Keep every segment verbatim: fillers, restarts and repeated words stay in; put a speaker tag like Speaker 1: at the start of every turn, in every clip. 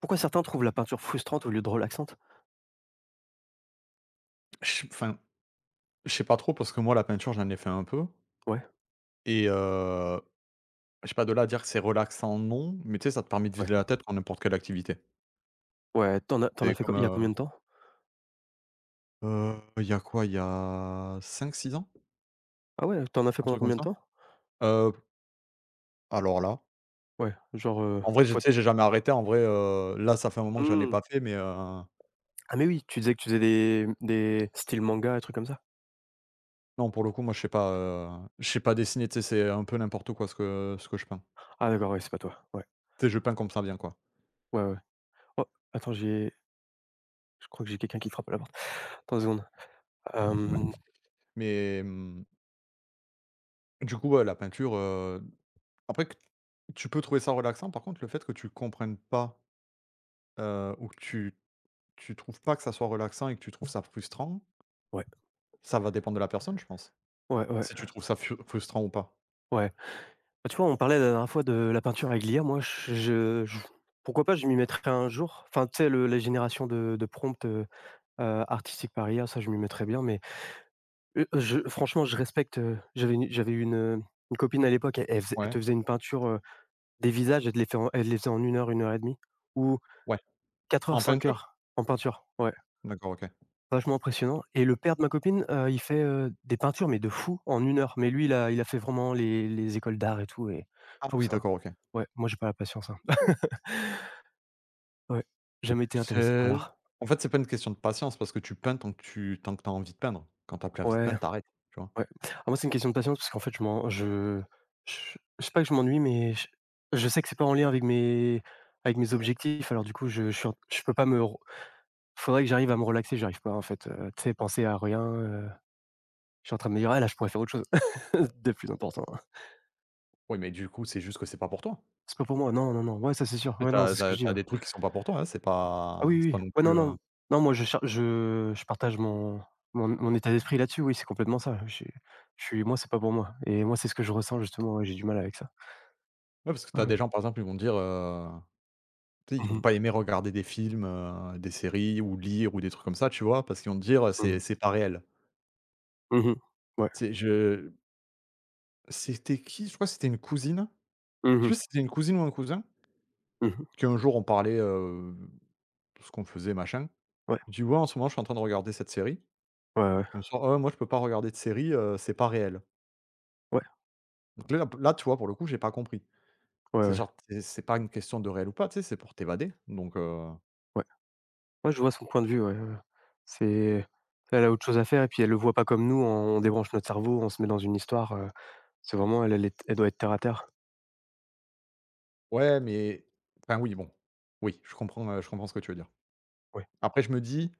Speaker 1: Pourquoi certains trouvent la peinture frustrante au lieu de relaxante?
Speaker 2: Je enfin, je sais pas trop parce que moi la peinture, j'en ai fait un peu
Speaker 1: Ouais,
Speaker 2: et heu, je sais pas, de là à dire que c'est relaxant, non, mais tu sais, ça te permet de vider
Speaker 1: ouais,
Speaker 2: la tête pour n'importe quelle activité.
Speaker 1: ouais. T'en as t'en as
Speaker 2: C'est
Speaker 1: fait quand
Speaker 2: comme,
Speaker 1: il y a
Speaker 2: heu
Speaker 1: combien de temps?
Speaker 2: heu, il y a quoi? Il y a cinq six ans?
Speaker 1: Ah ouais, t'en as fait
Speaker 2: Un
Speaker 1: pendant
Speaker 2: truc comme
Speaker 1: combien de
Speaker 2: ça?
Speaker 1: temps?
Speaker 2: Heu, alors là,
Speaker 1: Ouais, genre, heu,
Speaker 2: en vrai, je tu
Speaker 1: faut être,
Speaker 2: sais, j'ai jamais arrêté en vrai, heu, là, ça fait un moment que j'en ai
Speaker 1: mmh.
Speaker 2: pas fait mais heu,
Speaker 1: Ah mais oui, tu disais que tu faisais des des styles manga et trucs comme ça?
Speaker 2: non, pour le coup, moi, je sais pas, heu, je sais pas dessiner, tu sais, c'est un peu n'importe quoi ce que ce que je peins.
Speaker 1: Ah d'accord, ouais, c'est pas toi. Ouais,
Speaker 2: Tu sais, je peins comme ça vient, quoi.
Speaker 1: ouais, ouais. Oh, attends, j'ai je crois que j'ai quelqu'un qui frappe à la porte. Attends une seconde.
Speaker 2: Ouais,
Speaker 1: Hem,
Speaker 2: mais mmh, du coup, ouais, la peinture, Après que tu peux trouver ça relaxant. Par contre, le fait que tu comprennes pas, heu, ou que tu tu trouves pas que ça soit relaxant et que tu trouves ça frustrant,
Speaker 1: ouais,
Speaker 2: ça va dépendre de la personne, je pense.
Speaker 1: ouais, ouais,
Speaker 2: Si tu trouves ça fu frustrant ou pas.
Speaker 1: ouais. Bah, tu vois, on parlait la dernière fois de la peinture avec l'I A. Moi, je je je pourquoi pas, je m'y mettrais un jour. Enfin, tu sais, le la génération de de prompts, heu, heu, artistiques par I A, ça, je m'y mettrais bien, mais Heu, je franchement, je respecte. heu, j'avais une j'avais une, heu, une copine à l'époque, elle elle faisait elle
Speaker 2: Ouais,
Speaker 1: te faisait une peinture, heu, des visages. Elle te les fait en elle les faisait en une heure, une heure et demie ou
Speaker 2: ouais.
Speaker 1: quatre heures,
Speaker 2: En
Speaker 1: cinq
Speaker 2: peinture?
Speaker 1: heures en peinture. Ouais,
Speaker 2: D'accord, OK.
Speaker 1: vachement impressionnant. Et le père de ma copine, heu, il fait, heu, des peintures, mais de fou en une heure. Mais lui, il a il a fait vraiment les les écoles d'art et tout. Et
Speaker 2: Ah
Speaker 1: je trouve
Speaker 2: oui,
Speaker 1: ça
Speaker 2: d'accord, OK.
Speaker 1: ouais, moi j'ai pas la patience, hein. Ouais, jamais été intéressé par
Speaker 2: C'est
Speaker 1: l'art.
Speaker 2: en fait, c'est pas une question de patience parce que tu peins tant que tu tant que tu as envie de peindre. Quand t'as plus envie de
Speaker 1: Ouais.
Speaker 2: peindre, t'arrêtes. Tu vois?
Speaker 1: Ouais. Ah moi, c'est une question de patience parce qu'en fait, je m'en je je je sais pas que je m'ennuie, mais je je sais que c'est pas en lien avec mes avec mes objectifs. Alors du coup, je je suis en je peux pas me re faudrait que j'arrive à me relaxer, j'arrive pas en fait, heu, tu sais, penser à rien. heu, je suis en train de me dire: «Ah là, je pourrais faire autre chose de plus important, hein.
Speaker 2: Oui, mais du coup, c'est juste que c'est pas pour toi.
Speaker 1: C'est pas pour moi, non, non, non». Ouais, ça c'est sûr.
Speaker 2: Tu
Speaker 1: Ouais, non,
Speaker 2: as
Speaker 1: c'est
Speaker 2: tu
Speaker 1: ce que je dis,
Speaker 2: as
Speaker 1: ouais.
Speaker 2: des trucs qui sont pas pour toi, hein, c'est
Speaker 1: Ah
Speaker 2: pas
Speaker 1: oui,
Speaker 2: c'est
Speaker 1: oui,
Speaker 2: pas
Speaker 1: oui.
Speaker 2: non
Speaker 1: Ouais,
Speaker 2: plus,
Speaker 1: non,
Speaker 2: heu
Speaker 1: non. Non, moi je cher je je partage mon mon mon état d'esprit là-dessus, oui, c'est complètement ça. J'ai je suis moi, c'est pas pour moi et moi, c'est ce que je ressens justement, ouais, j'ai du mal avec ça.
Speaker 2: ouais, parce que t'as
Speaker 1: Ouais.
Speaker 2: des gens, par exemple, ils vont dire, heu, tu sais, ils
Speaker 1: Mmh
Speaker 2: vont
Speaker 1: mh.
Speaker 2: pas aimer regarder des films, heu, des séries ou lire ou des trucs comme ça, tu vois? Parce qu'ils vont te dire: «C'est
Speaker 1: Mmh.
Speaker 2: c'est pas réel».
Speaker 1: Mmh mh. Ouais.
Speaker 2: Tu je C'était qui? Je crois que c'était une cousine.
Speaker 1: Mmh
Speaker 2: Je sais
Speaker 1: mh.
Speaker 2: pas si c'était une cousine ou un cousin,
Speaker 1: Mmh mh.
Speaker 2: qu'un jour on parlait, heu, de ce qu'on faisait, machin.
Speaker 1: Ouais.
Speaker 2: Je dis: «Ouais, en ce moment, je suis en train de regarder cette série».
Speaker 1: Ouais, ouais.
Speaker 2: Elle me sort: «Ah ouais, moi, je peux pas regarder de série, heu, c'est pas réel».
Speaker 1: Ouais.
Speaker 2: Donc là là, tu vois, pour le coup, j'ai pas compris.
Speaker 1: Ouais,
Speaker 2: C'est
Speaker 1: ouais.
Speaker 2: genre, c'est c'est pas une question de réel ou pas, tu sais, c'est pour t'évader, donc heu,
Speaker 1: Ouais. Ouais, je vois son point de vue, ouais, ouais, ouais. C'est Elle a autre chose à faire et puis elle le voit pas comme nous, on débranche notre cerveau, on se met dans une histoire. heu, c'est vraiment elle elle est elle doit être terre à terre.
Speaker 2: ouais, mais enfin, oui, bon, oui, je comprends, heu, je comprends ce que tu veux dire.
Speaker 1: Ouais.
Speaker 2: Après, je me dis,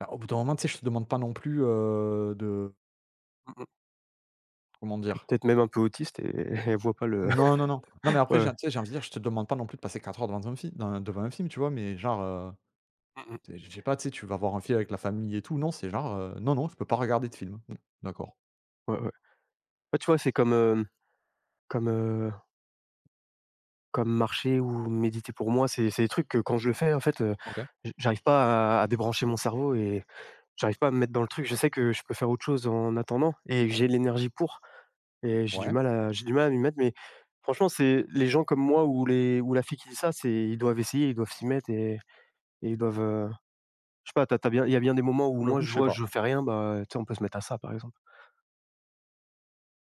Speaker 2: bah, au bout d'un moment, tu sais, je te demande pas non plus, heu, de
Speaker 1: Mmh mh.
Speaker 2: comment
Speaker 1: Elle est
Speaker 2: dire?
Speaker 1: peut-être même un peu autiste et elle voit pas le
Speaker 2: Non, non, non. Non, mais après,
Speaker 1: ouais, ouais.
Speaker 2: j'ai tu sais, j'ai envie de dire, je te demande pas non plus de passer quatre heures devant un film dans devant un film, tu vois? Mais genre, heu,
Speaker 1: Mmh mh.
Speaker 2: c'est je sais pas, tu sais, tu vas voir un film avec la famille et tout. Non, c'est genre, heu, non, non, je peux pas regarder de film. Mmh, d'accord,
Speaker 1: Ouais, ouais. Ouais, tu vois, c'est comme, hem, comme, heu, comme marcher ou méditer. Pour moi, c'est c'est des trucs que quand je le fais, en fait, heu,
Speaker 2: OK,
Speaker 1: j j'arrive pas à à débrancher mon cerveau et j'arrive pas à me mettre dans le truc. Je sais que je peux faire autre chose en attendant et j'ai l'énergie pour, et j'ai du
Speaker 2: ouais,
Speaker 1: mal à j'ai du mal à m'y mettre, mais franchement, c'est les gens comme moi ou les ou la fille qui dit ça, c'est ils doivent essayer, ils doivent s'y mettre et et ils doivent, heu, je sais pas, t'as as bien il y a bien des moments où
Speaker 2: pour le
Speaker 1: moi
Speaker 2: coup,
Speaker 1: je
Speaker 2: je sais
Speaker 1: vois,
Speaker 2: pas.
Speaker 1: je fais rien, bah, tu sais, on peut se mettre à ça, par exemple.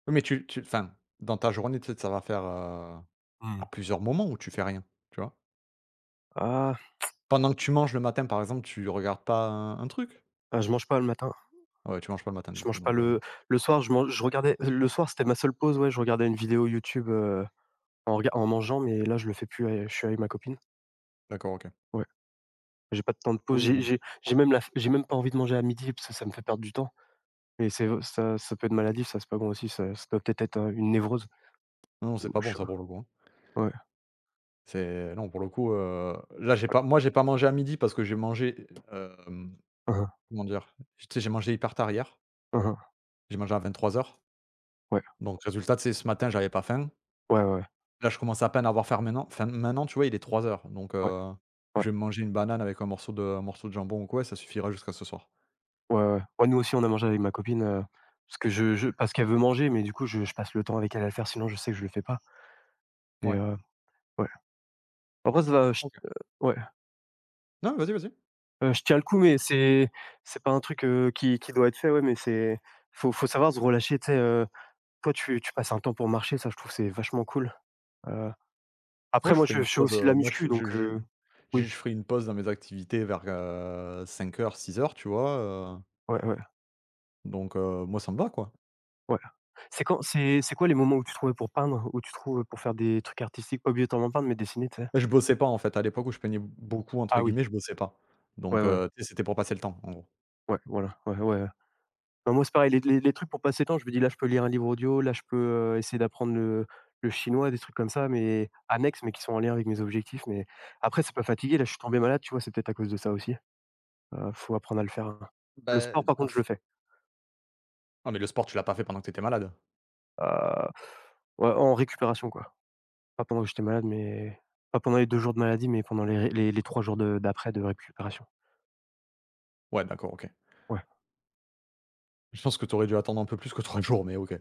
Speaker 2: Oui, mais tu tu enfin, dans ta journée, peut-être, ça va faire, heu à
Speaker 1: Mmh.
Speaker 2: plusieurs moments où tu fais rien, tu vois?
Speaker 1: Ah,
Speaker 2: Pendant que tu manges le matin, par exemple, tu regardes pas un un truc?
Speaker 1: ah, je mange pas le matin,
Speaker 2: Ah ouais, tu manges pas le matin
Speaker 1: je
Speaker 2: du coup,
Speaker 1: mange pas
Speaker 2: donc heu,
Speaker 1: le le soir. Je mange je regardais euh, le soir, c'était ma seule pause, ouais, je regardais une vidéo YouTube, heu, en rega en mangeant, mais là, je le fais plus, heu, je suis avec ma copine.
Speaker 2: d'accord, OK.
Speaker 1: J'ai pas de temps de pause.
Speaker 2: Oui,
Speaker 1: J'ai
Speaker 2: bon.
Speaker 1: j'ai j'ai même la j'ai même pas envie de manger à midi parce que ça me fait perdre du temps et c'est ça ça peut être maladif. Ça, c'est pas bon aussi, ça ça doit peut-être être, heu, une névrose
Speaker 2: Non, c'est
Speaker 1: ou
Speaker 2: pas
Speaker 1: je
Speaker 2: bon
Speaker 1: sais
Speaker 2: ça pour
Speaker 1: pas.
Speaker 2: le coup, hein.
Speaker 1: Ouais.
Speaker 2: C'est non, pour le coup, heu, là, j'ai pas moi, j'ai pas mangé à midi parce que j'ai mangé, hem,
Speaker 1: Hein, hein.
Speaker 2: comment dire? Tu sais, j'ai mangé hyper tard hier.
Speaker 1: Hein, hein.
Speaker 2: J'ai mangé à vingt-trois heures.
Speaker 1: Ouais.
Speaker 2: Donc résultat, c'est ce matin, j'avais pas faim.
Speaker 1: Ouais, ouais, ouais.
Speaker 2: Là, je commence à peine à avoir faim maintenant faim maintenant, tu vois, il est trois heures. Donc
Speaker 1: Ouais.
Speaker 2: heu, je vais me manger une banane avec un morceau de un morceau de jambon ou quoi et ça suffira jusqu'à ce soir.
Speaker 1: Ouais, ouais. Ouais, nous aussi, on a mangé avec ma copine, heu, parce que je je parce qu'elle veut manger, mais du coup, je je passe le temps avec elle à le faire, sinon je sais que je le fais pas et,
Speaker 2: Ouais,
Speaker 1: heu, ouais. Après ça va, je
Speaker 2: OK.
Speaker 1: heu, ouais,
Speaker 2: Non, vas-y, vas-y.
Speaker 1: heu, je tiens le coup, mais c'est c'est pas un truc, heu, qui qui doit être fait, ouais, mais c'est faut faut savoir se relâcher, tu sais, heu, toi, tu tu passes un temps pour marcher, ça, je trouve, c'est vachement cool. Heu,
Speaker 2: Moi,
Speaker 1: Après
Speaker 2: je
Speaker 1: moi
Speaker 2: ferai
Speaker 1: je
Speaker 2: une
Speaker 1: je fais
Speaker 2: pause,
Speaker 1: aussi de
Speaker 2: heu,
Speaker 1: la
Speaker 2: moi, je
Speaker 1: muscu
Speaker 2: je
Speaker 1: donc,
Speaker 2: je
Speaker 1: heu,
Speaker 2: je
Speaker 1: oui,
Speaker 2: je ferais une pause dans mes activités vers cinq heures, six heures, tu vois? Heu,
Speaker 1: ouais, ouais,
Speaker 2: donc heu, moi, ça me va, quoi.
Speaker 1: ouais. C'est quand c'est c'est quoi les moments où tu trouvais pour peindre, où tu trouves pour faire des trucs artistiques? Pas obligatoirement peindre, mais dessiner, tu sais?
Speaker 2: Je bossais pas, en fait, à l'époque où je peignais «beaucoup», entre
Speaker 1: Ah oui,
Speaker 2: guillemets, je bossais pas.
Speaker 1: ouais,
Speaker 2: Donc
Speaker 1: ouais,
Speaker 2: heu, tu sais, c'était pour passer le temps, en gros.
Speaker 1: ouais, voilà, ouais, ouais, ouais. Non, moi c'est pareil, les les les trucs pour passer le temps, je me dis: «Là, je peux lire un livre audio, là, je peux, heu, essayer d'apprendre le le chinois», des trucs comme ça, mais annexes, mais qui sont en lien avec mes objectifs, mais après c'est pas fatigué, là, je suis tombé malade, tu vois? C'est peut-être à cause de ça aussi. Heu, faut apprendre à le faire, hein. Le
Speaker 2: Bah,
Speaker 1: sport,
Speaker 2: heu
Speaker 1: par
Speaker 2: En
Speaker 1: contre, je
Speaker 2: f
Speaker 1: le fais.
Speaker 2: Non, mais le sport, tu l'as pas fait pendant que t'étais malade?
Speaker 1: Heu, ouais, en récupération, quoi. Pas pendant que j'étais malade, mais pas pendant les deux jours de maladie, mais pendant les ré les les trois jours de d'après de récupération.
Speaker 2: Ouais, d'accord, OK.
Speaker 1: Ouais,
Speaker 2: Je pense que t'aurais dû attendre un peu plus que trois jours, mais OK.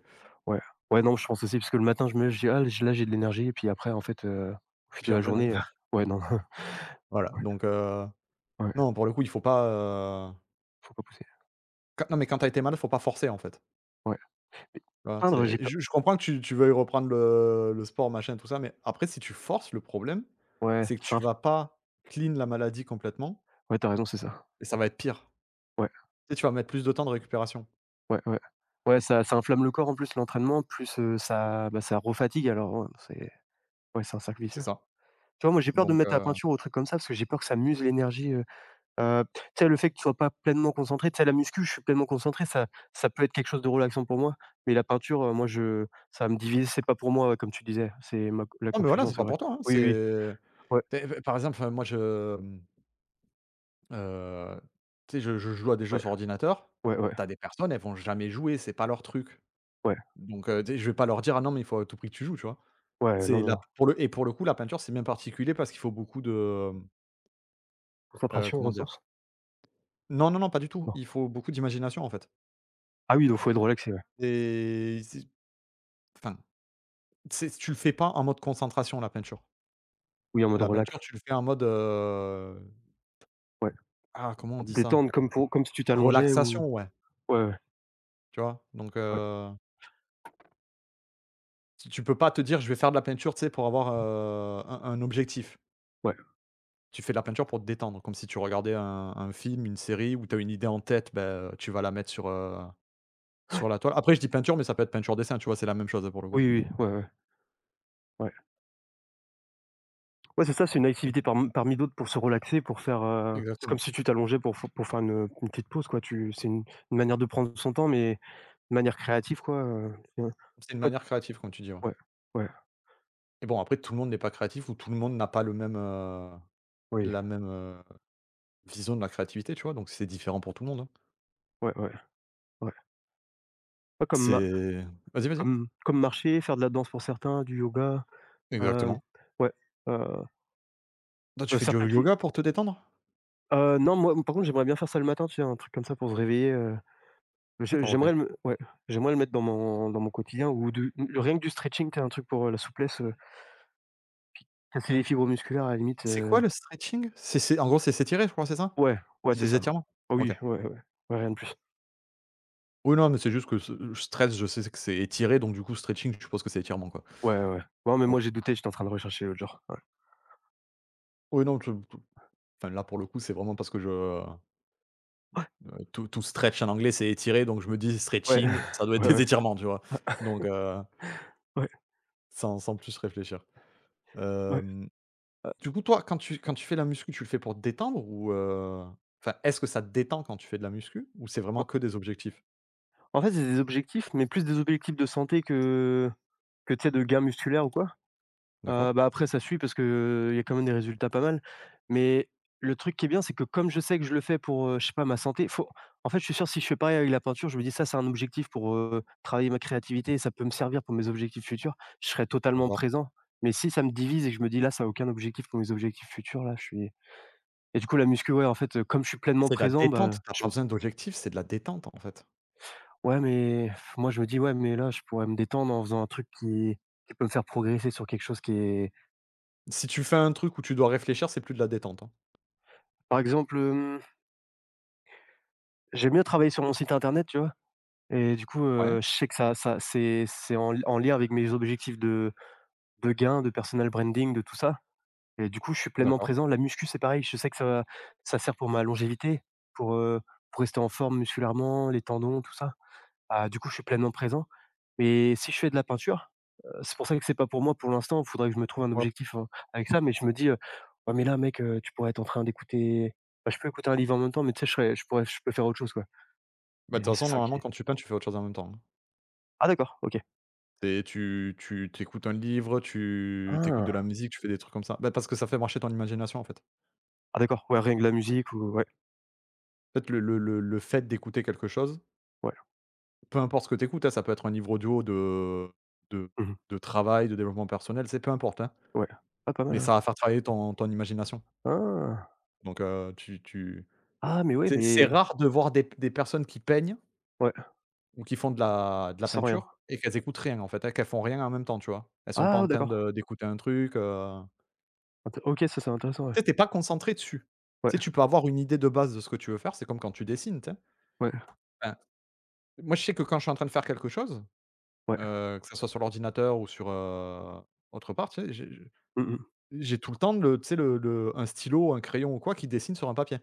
Speaker 1: ouais, ouais, non, je pense aussi parce que le matin, je me lève, je dis: «Ah j là, j'ai de l'énergie» et puis après, en fait, heu, au fil
Speaker 2: Puis
Speaker 1: de la
Speaker 2: après, non.
Speaker 1: journée, heu, ouais, non,
Speaker 2: Voilà,
Speaker 1: ouais,
Speaker 2: donc heu,
Speaker 1: ouais,
Speaker 2: non, pour le coup, il faut pas, heu,
Speaker 1: faut pas pousser.
Speaker 2: quand non, mais quand t'as été malade, faut pas forcer, en fait.
Speaker 1: Ouais, mais
Speaker 2: Voilà,
Speaker 1: peindre,
Speaker 2: c'est
Speaker 1: j'ai pas
Speaker 2: je je comprends que tu tu veuilles reprendre le le sport, machin, tout ça, mais après, si tu forces, le problème,
Speaker 1: ouais,
Speaker 2: c'est que
Speaker 1: ça
Speaker 2: tu
Speaker 1: inf
Speaker 2: vas pas clean la maladie complètement
Speaker 1: ouais, tu raison, c'est ça.
Speaker 2: et ça va être pire.
Speaker 1: Ouais,
Speaker 2: Tu sais, tu vas mettre plus de temps de récupération.
Speaker 1: ouais, ouais. Ouais, ça ça inflamme le corps. En plus l'entraînement, plus, heu, ça, bah, ça refatigue alors, heu, c'est ouais, c'est un cercle
Speaker 2: C'est
Speaker 1: vicieux.
Speaker 2: ça.
Speaker 1: Tu vois, moi, j'ai peur de
Speaker 2: Donc
Speaker 1: me mettre à la
Speaker 2: heu,
Speaker 1: peinture ou aux trucs comme ça parce que j'ai peur que ça m'use l'énergie. Heu, tu sais, le fait que tu sois pas pleinement concentré, tu sais, la muscu, je suis pleinement concentré, ça ça peut être quelque chose de relaxant pour moi, mais la peinture, heu, moi, je ça va me divise, c'est pas pour moi, ouais, comme tu disais, c'est ma la
Speaker 2: non, mais voilà,
Speaker 1: confusion,
Speaker 2: c'est
Speaker 1: c'est
Speaker 2: pas
Speaker 1: vrai.
Speaker 2: pour toi, hein,
Speaker 1: Oui, oui,
Speaker 2: c'est
Speaker 1: oui, ouais,
Speaker 2: tu p par exemple, enfin, moi, je, mmh, tu sais, je je joue à des jeux
Speaker 1: ouais,
Speaker 2: sur ordinateur.
Speaker 1: ouais, ouais,
Speaker 2: T'as des personnes, elles vont jamais jouer, c'est pas leur truc.
Speaker 1: ouais,
Speaker 2: Donc heu, tu sais, je vais pas leur dire: «Ah non, mais il faut à tout prix que tu joues», tu vois?
Speaker 1: ouais, non,
Speaker 2: C'est
Speaker 1: non,
Speaker 2: la
Speaker 1: non.
Speaker 2: pour le et Pour le coup, la peinture, c'est bien particulier parce qu'il faut beaucoup de, hem,
Speaker 1: Concentration,
Speaker 2: comment dire?
Speaker 1: ressources?
Speaker 2: Non, non, non, pas du tout.
Speaker 1: Non.
Speaker 2: Il faut beaucoup d'imagination, en fait.
Speaker 1: Ah oui, donc faut être relaxé, ouais.
Speaker 2: Et c'est Enfin, c'est tu le fais pas en mode concentration, la peinture.
Speaker 1: Oui, en mode
Speaker 2: La
Speaker 1: relax,
Speaker 2: peinture, tu le fais en mode, heu,
Speaker 1: ouais,
Speaker 2: ah, comment on
Speaker 1: pour te
Speaker 2: dit ça?
Speaker 1: détendre comme pour comme si tu t'allongeais ou
Speaker 2: Relaxation, ouais,
Speaker 1: ouais, ouais,
Speaker 2: tu vois? Donc
Speaker 1: ouais,
Speaker 2: heu, tu tu peux pas te dire: «Je vais faire de la peinture», tu sais, pour avoir, heu, un un objectif.
Speaker 1: ouais.
Speaker 2: Tu fais de la peinture pour te détendre, comme si tu regardais un un film, une série où tu as une idée en tête. Ben tu vas la mettre sur, heu, sur la toile. Après, je dis peinture, mais ça peut être peinture-dessin, tu vois? C'est la même chose, hein, pour le coup.
Speaker 1: Oui, oui, oui, ouais, ouais, ouais. Ouais, c'est ça, c'est une activité parm parmi d'autres pour se relaxer, pour faire, heu c'est comme
Speaker 2: Exactement.
Speaker 1: si tu t'allongeais pour f pour faire une, une petite pause, quoi. Tu c'est une une manière de prendre son temps, mais de manière créative, quoi, heu, ouais.
Speaker 2: C'est une
Speaker 1: Toi t-
Speaker 2: manière créative, comme tu dis, ouais.
Speaker 1: ouais, ouais,
Speaker 2: Et bon, après, tout le monde n'est pas créatif ou tout le monde n'a pas le même, heu,
Speaker 1: oui,
Speaker 2: la même, heu, vision de la créativité, tu vois? Donc c'est différent pour tout le monde, hein.
Speaker 1: ouais, ouais, ouais. Ouais, comme ma
Speaker 2: C'est Vas-y, vas-y.
Speaker 1: comme comme marcher, faire de la danse pour certains, du yoga, heu,
Speaker 2: Exactement.
Speaker 1: ouais, heu
Speaker 2: Toi, tu
Speaker 1: heu,
Speaker 2: fais du
Speaker 1: certains qui
Speaker 2: yoga pour te détendre?
Speaker 1: heu, non, moi, par contre, j'aimerais bien faire ça le matin, tu sais, un truc comme ça pour se réveiller, heu, j'ai
Speaker 2: D'accord, OK.
Speaker 1: j'aimerais le ouais, j'aimerais le mettre dans mon dans mon quotidien ou de rien que du stretching, tu sais, un truc pour, heu, la souplesse, heu Ah, c'est les
Speaker 2: Heu,
Speaker 1: fibres musculaires à la limite,
Speaker 2: c'est
Speaker 1: heu
Speaker 2: quoi le stretching? C'est c'est en gros, c'est s'étirer, je crois, c'est ça?
Speaker 1: Ouais, ouais,
Speaker 2: C'est
Speaker 1: c'est
Speaker 2: des
Speaker 1: ça.
Speaker 2: étirements?
Speaker 1: Ah
Speaker 2: OK.
Speaker 1: oui, ouais, ouais, ouais, rien de plus.
Speaker 2: Oui, non, mais c'est juste que ce le stretch, je sais que c'est étiré, donc du coup, stretching, je suppose que c'est étirement, quoi.
Speaker 1: Ouais, ouais, ouais. Non, mais
Speaker 2: OK.
Speaker 1: moi, j'ai douté, j'étais en train de rechercher l'autre genre.
Speaker 2: Oui, non, je tout- Enfin, là, pour le coup, c'est vraiment parce que je, heu, to to stretch en anglais, c'est étirer, donc je me dis:
Speaker 1: Ouais,
Speaker 2: «Stretching, ça doit être
Speaker 1: ouais,
Speaker 2: des
Speaker 1: ouais,
Speaker 2: étirements», tu vois? Donc heu
Speaker 1: ouais,
Speaker 2: sans sans plus réfléchir.
Speaker 1: ouais.
Speaker 2: Hem,
Speaker 1: Heu,
Speaker 2: du coup, toi, quand tu quand tu fais la muscu, tu le fais pour te détendre ou, heu, enfin, est-ce que ça te détend quand tu fais de la muscu ou c'est vraiment
Speaker 1: en
Speaker 2: que des objectifs?
Speaker 1: en fait, c'est des objectifs, mais plus des objectifs de santé que que, tu sais, de gains musculaires ou quoi? Heu,
Speaker 2: D'accord.
Speaker 1: bah, après ça suit parce que, il y a quand même des résultats pas mal. Mais le truc qui est bien, c'est que comme je sais que je le fais pour, heu, je sais pas, ma santé, faut en fait, je suis sûr si je fais pareil avec la peinture, je me dis: «Ça, c'est un objectif pour, heu, travailler ma créativité et ça peut me servir pour mes objectifs futurs», je serai totalement
Speaker 2: D'accord.
Speaker 1: présent. Mais si ça me divise et que je me dis: «Là, ça a aucun objectif pour mes objectifs futurs», là, je suis et du coup, la muscu, ouais, en fait, heu, comme je suis pleinement
Speaker 2: C'est de la
Speaker 1: présent,
Speaker 2: détente.
Speaker 1: bah,
Speaker 2: T'as
Speaker 1: je
Speaker 2: pas
Speaker 1: me
Speaker 2: besoin d'objectifs, c'est de la détente, en fait.
Speaker 1: ouais, mais moi, je me dis: «Ouais, mais là, je pourrais me détendre en faisant un truc qui qui peut me faire progresser sur quelque chose qui est»
Speaker 2: Si tu fais un truc où tu dois réfléchir, c'est plus de la détente, hein.
Speaker 1: par exemple, j'aime mieux travailler sur mon site internet, tu vois? Et du coup,
Speaker 2: Ouais,
Speaker 1: heu, je sais que ça ça c'est c'est en en lien avec mes objectifs de de gains, de personal branding, de tout ça et du coup, je suis pleinement
Speaker 2: d'accord.
Speaker 1: présent. La muscu, c'est pareil, je sais que ça va ça sert pour ma longévité, pour, heu, pour rester en forme musculairement, les tendons, tout ça. Ah, du coup, je suis pleinement présent mais si je fais de la peinture, heu, c'est pour ça que c'est pas pour moi pour l'instant. Il faudrait que je me trouve un
Speaker 2: Ouais.
Speaker 1: objectif, heu, avec ça mais je me dis, heu: «Ouais mais là mec, heu, tu pourrais être en train d'écouter.» Bah, je peux écouter un livre en même temps mais tu sais, je serais je pourrais je peux faire autre chose, quoi
Speaker 2: Bah,
Speaker 1: et
Speaker 2: de toute
Speaker 1: c'est
Speaker 2: façon,
Speaker 1: ça
Speaker 2: normalement,
Speaker 1: qui.
Speaker 2: quand tu peins, tu fais autre chose en même temps, hein.
Speaker 1: Ah d'accord, OK.
Speaker 2: C'est tu tu Tu un livre, tu tu de la
Speaker 1: Ah!
Speaker 2: musique, tu fais des trucs comme ça. Bah, parce que ça fait marcher ton imagination, en fait.
Speaker 1: Ah d'accord, ouais, rien que la musique ou ouais,
Speaker 2: En fait, le le le le fait d'écouter quelque chose.
Speaker 1: ouais.
Speaker 2: Peu importe ce que tu écoutes, hein, ça peut être un livre audio de de
Speaker 1: Mmh mh.
Speaker 2: de travail, de développement personnel, c'est peu importe, hein,
Speaker 1: Ouais. Ah pas
Speaker 2: mais
Speaker 1: mal, ouais.
Speaker 2: ça va faire travailler ton ton imagination,
Speaker 1: Ah!
Speaker 2: donc heu, tu tu
Speaker 1: Ah mais ouais,
Speaker 2: c'est c'est
Speaker 1: mais
Speaker 2: rare de voir des des personnes qui peignent
Speaker 1: ouais,
Speaker 2: ou qui font de la de la
Speaker 1: sans rien.
Speaker 2: peinture et qu'elles écoutent rien, en fait, hein, qu'elles font rien en même temps, tu vois? Elles sont pas
Speaker 1: Ah
Speaker 2: en
Speaker 1: ouais,
Speaker 2: train
Speaker 1: d'accord.
Speaker 2: de d'écouter un truc, heu,
Speaker 1: Int OK, ça c'est intéressant, ouais.
Speaker 2: tu sais, tu pas concentré dessus.
Speaker 1: Ouais,
Speaker 2: Tu sais, tu peux avoir une idée de base de ce que tu veux faire, c'est comme quand tu dessines, tu sais?
Speaker 1: ouais,
Speaker 2: Enfin, moi, je sais que quand je suis en train de faire quelque chose,
Speaker 1: ouais.
Speaker 2: heu, que ça soit sur l'ordinateur ou sur, heu, autre part, tu sais, j'ai
Speaker 1: Mmh mh.
Speaker 2: j'ai tout le temps le tu sais le le un stylo, un crayon ou quoi qui dessine sur un papier.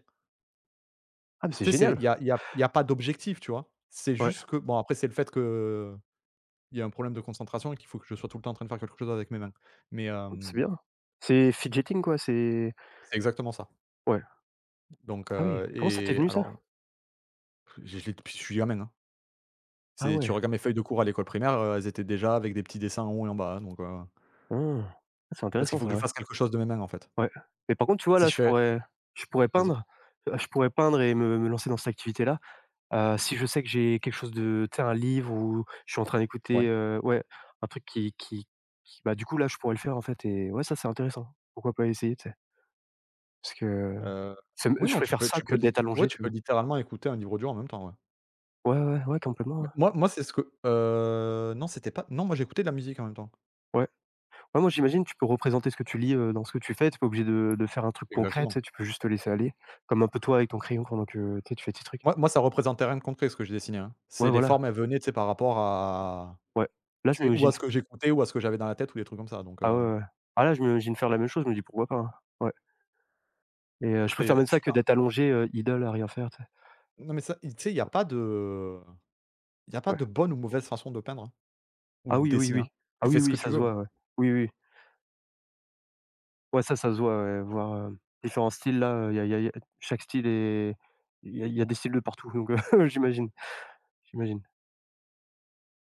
Speaker 1: Ah mais c'est
Speaker 2: Tu sais, c'est il
Speaker 1: génial!
Speaker 2: y a il y a il y a pas d'objectif, tu vois? C'est
Speaker 1: Ouais,
Speaker 2: juste que bon, après, c'est le fait que il y a un problème de concentration et qu'il faut que je sois tout le temps en train de faire quelque chose avec mes mains. Mais
Speaker 1: c'est
Speaker 2: hem,
Speaker 1: bien. C'est fidgeting quoi, c'est
Speaker 2: c'est exactement ça.
Speaker 1: ouais.
Speaker 2: Donc
Speaker 1: Ah oui,
Speaker 2: heu
Speaker 1: comment ça t'es
Speaker 2: et
Speaker 1: venu ça?
Speaker 2: alors, je je l'ai depuis que je suis gamin, hein.
Speaker 1: Ah
Speaker 2: C'est tu
Speaker 1: ouais.
Speaker 2: regardes mes feuilles de cours à l'école primaire, heu, elles étaient déjà avec des petits dessins en haut et en bas, hein, donc heu,
Speaker 1: Mmh. Ah c'est
Speaker 2: parce qu'il
Speaker 1: intéressant
Speaker 2: faut que
Speaker 1: ça,
Speaker 2: je
Speaker 1: ouais.
Speaker 2: fasse quelque chose de mes mains, en fait.
Speaker 1: Ouais. Mais par contre, tu vois
Speaker 2: Si
Speaker 1: là,
Speaker 2: je
Speaker 1: je
Speaker 2: fais
Speaker 1: pourrais je pourrais
Speaker 2: Vas-y?
Speaker 1: peindre, heu, je pourrais peindre et me me lancer dans cette activité-là. Heu, si je sais que j'ai quelque chose de tu sais, un livre ou je suis en train
Speaker 2: Ouais,
Speaker 1: d'écouter, heu, ouais, un truc qui qui qui bah, du coup, là, je pourrais le faire, en fait et ouais, ça, c'est intéressant. Pourquoi pas essayer, tu sais? Parce que
Speaker 2: heu,
Speaker 1: c'est m
Speaker 2: oui,
Speaker 1: je
Speaker 2: non, tu
Speaker 1: préfère
Speaker 2: peux
Speaker 1: ça
Speaker 2: tu
Speaker 1: que
Speaker 2: peux lit
Speaker 1: d'être
Speaker 2: ouais,
Speaker 1: allongé,
Speaker 2: tu
Speaker 1: tu
Speaker 2: peux
Speaker 1: vois?
Speaker 2: littéralement écouter un livre audio en même temps, ouais.
Speaker 1: Ouais, ouais, ouais, complètement,
Speaker 2: Mais
Speaker 1: ouais.
Speaker 2: moi moi, c'est ce que heu, non, c'était pas non, moi, j'écoutais de la musique en même temps.
Speaker 1: Ouais. Ouais, moi, j'imagine, tu peux représenter ce que tu lis, heu, dans ce que tu fais. Tu es pas obligé de de faire un truc concret, tu sais?
Speaker 2: Exactement.
Speaker 1: Tu peux juste te laisser aller, comme un peu toi avec ton crayon pendant que, tu sais, tu fais tes trucs.
Speaker 2: Moi moi, ça représentait rien de concret ce que je dessinais, hein. C'est
Speaker 1: Ouais,
Speaker 2: les
Speaker 1: voilà,
Speaker 2: formes, elles venaient, tu sais, par rapport à
Speaker 1: ouais. Là, je
Speaker 2: tu sais, ou à
Speaker 1: m'imagine
Speaker 2: ce que j'écoutais ou à ce que j'avais dans la tête ou des trucs comme ça. Donc
Speaker 1: ah
Speaker 2: heu,
Speaker 1: ouais, ouais, ouais. Ah là, je m'imagine faire la même chose, je me dis: «Pourquoi pas», hein? Ouais et heu, je
Speaker 2: c'est
Speaker 1: préfère même ça
Speaker 2: tu
Speaker 1: que
Speaker 2: as
Speaker 1: d'être allongé, heu, idle à rien faire.
Speaker 2: Non, mais ça, tu sais, il y a pas de il y a pas
Speaker 1: Ouais.
Speaker 2: de bonne ou mauvaise façon de peindre, hein, ou
Speaker 1: Ah
Speaker 2: de
Speaker 1: oui, oui,
Speaker 2: dessiner,
Speaker 1: oui.
Speaker 2: hein.
Speaker 1: Ah
Speaker 2: Tu fais
Speaker 1: oui,
Speaker 2: ce
Speaker 1: oui,
Speaker 2: que tu
Speaker 1: ça se
Speaker 2: veux, hein.
Speaker 1: voit, ouais. Oui, oui. Ouais, ça, ça se voit, ouais, voir, heu, différents styles là, il y a y a y a chaque style est il y a y a des styles de partout donc heu, j'imagine, j'imagine.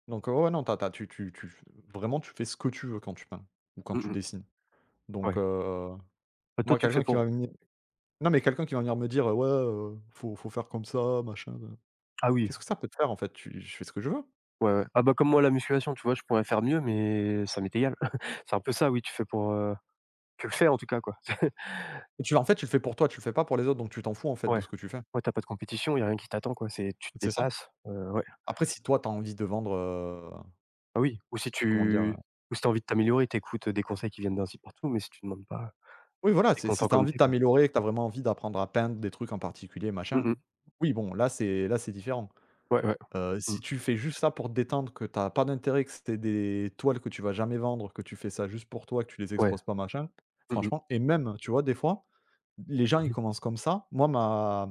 Speaker 2: Donc heu, ouais, ouais, non, t'as t'as tu tu tu vraiment, tu fais ce que tu veux quand tu peins ou quand
Speaker 1: Mmh
Speaker 2: tu
Speaker 1: mh.
Speaker 2: dessines, donc
Speaker 1: Ouais.
Speaker 2: heu,
Speaker 1: Bah, toi,
Speaker 2: moi,
Speaker 1: tu le fais
Speaker 2: quelqu'un qui va
Speaker 1: pour
Speaker 2: venir non, mais quelqu'un qui va venir me dire: «Ouais, heu, faut faut faire comme ça, machin».
Speaker 1: ah oui,
Speaker 2: Qu'est-ce que ça peut te faire en fait? Tu Je fais ce que je veux.
Speaker 1: ouais, ouais. Ah bah, comme moi, la musculation, tu vois, je pourrais faire mieux mais ça m'est égal. C'est un peu ça, oui, tu fais pour, heu tu le fais en tout cas, quoi.
Speaker 2: Et Tu en fait, tu le fais pour toi, tu le fais pas pour les autres, donc tu t'en fous en fait de
Speaker 1: Ouais.
Speaker 2: ce que tu fais.
Speaker 1: Ouais, t'as pas de compétition, il y a rien qui t'attend, quoi, c'est tu te
Speaker 2: C'est ça.
Speaker 1: dépasses, heu, ouais.
Speaker 2: Après, si toi tu as envie de vendre, heu,
Speaker 1: Ah oui, ou si
Speaker 2: comment dire, heu?
Speaker 1: tu ou si t'as envie de t'améliorer, t'écoutes euh, des conseils qui viennent d'un site partout mais si tu demandes pas,
Speaker 2: Oui,
Speaker 1: si
Speaker 2: voilà,
Speaker 1: t'es
Speaker 2: c'est si
Speaker 1: content
Speaker 2: tu as
Speaker 1: comme
Speaker 2: envie de
Speaker 1: t'es quoi.
Speaker 2: t'améliorer, que tu as vraiment envie d'apprendre à peindre des trucs en particulier,
Speaker 1: Mmh
Speaker 2: machin,
Speaker 1: mh.
Speaker 2: oui, bon, là c'est là, c'est différent.
Speaker 1: Ouais, ouais.
Speaker 2: Heu,
Speaker 1: Mmh.
Speaker 2: si tu fais juste ça pour te détendre, que t'as pas d'intérêt, que c'est des toiles que tu vas jamais vendre, que tu fais ça juste pour toi, que tu les
Speaker 1: Ouais.
Speaker 2: exposes pas, machin,
Speaker 1: Mmh mh.
Speaker 2: franchement, et même, tu vois, des fois, les gens
Speaker 1: Mmh
Speaker 2: ils
Speaker 1: mh.
Speaker 2: commencent comme ça. Moi ma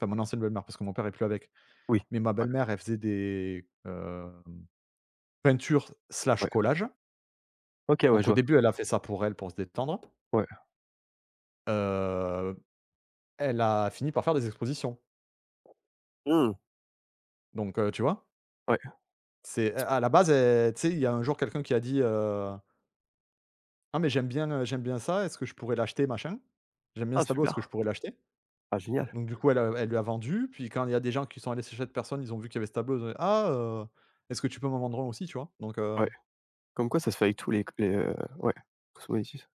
Speaker 2: Enfin, mon ancienne belle-mère, parce que mon père est plus avec.
Speaker 1: Oui.
Speaker 2: Mais ma
Speaker 1: Ouais,
Speaker 2: belle-mère, elle faisait des, heu, peintures slash
Speaker 1: ouais.
Speaker 2: collages.
Speaker 1: OK, ouais,
Speaker 2: Donc au
Speaker 1: je vois.
Speaker 2: début, elle a fait ça pour elle, pour se détendre.
Speaker 1: Ouais.
Speaker 2: Heu, Elle a fini par faire des expositions.
Speaker 1: Mmh.
Speaker 2: Donc heu, tu vois?
Speaker 1: Ouais.
Speaker 2: C'est à la base, elle tu sais, il y a un jour quelqu'un qui a dit, heu: «Ah, mais j'aime bien, heu, j'aime bien ça, est-ce que je pourrais l'acheter, machin? J'aime bien
Speaker 1: Ah
Speaker 2: ce tableau, est-ce
Speaker 1: super.
Speaker 2: que je pourrais l'acheter?»
Speaker 1: Ah génial.
Speaker 2: Donc du coup, elle, heu, elle lui a vendu. Puis quand il y a des gens qui sont allés chez cette personne, ils ont vu qu'il y avait ce tableau, ils ont dit: «Ah, heu, est-ce que tu peux m'en vendre un aussi?» Tu vois? Donc heu
Speaker 1: Ouais. Comme quoi ça se fait avec tous les c les, heu, ouais, tous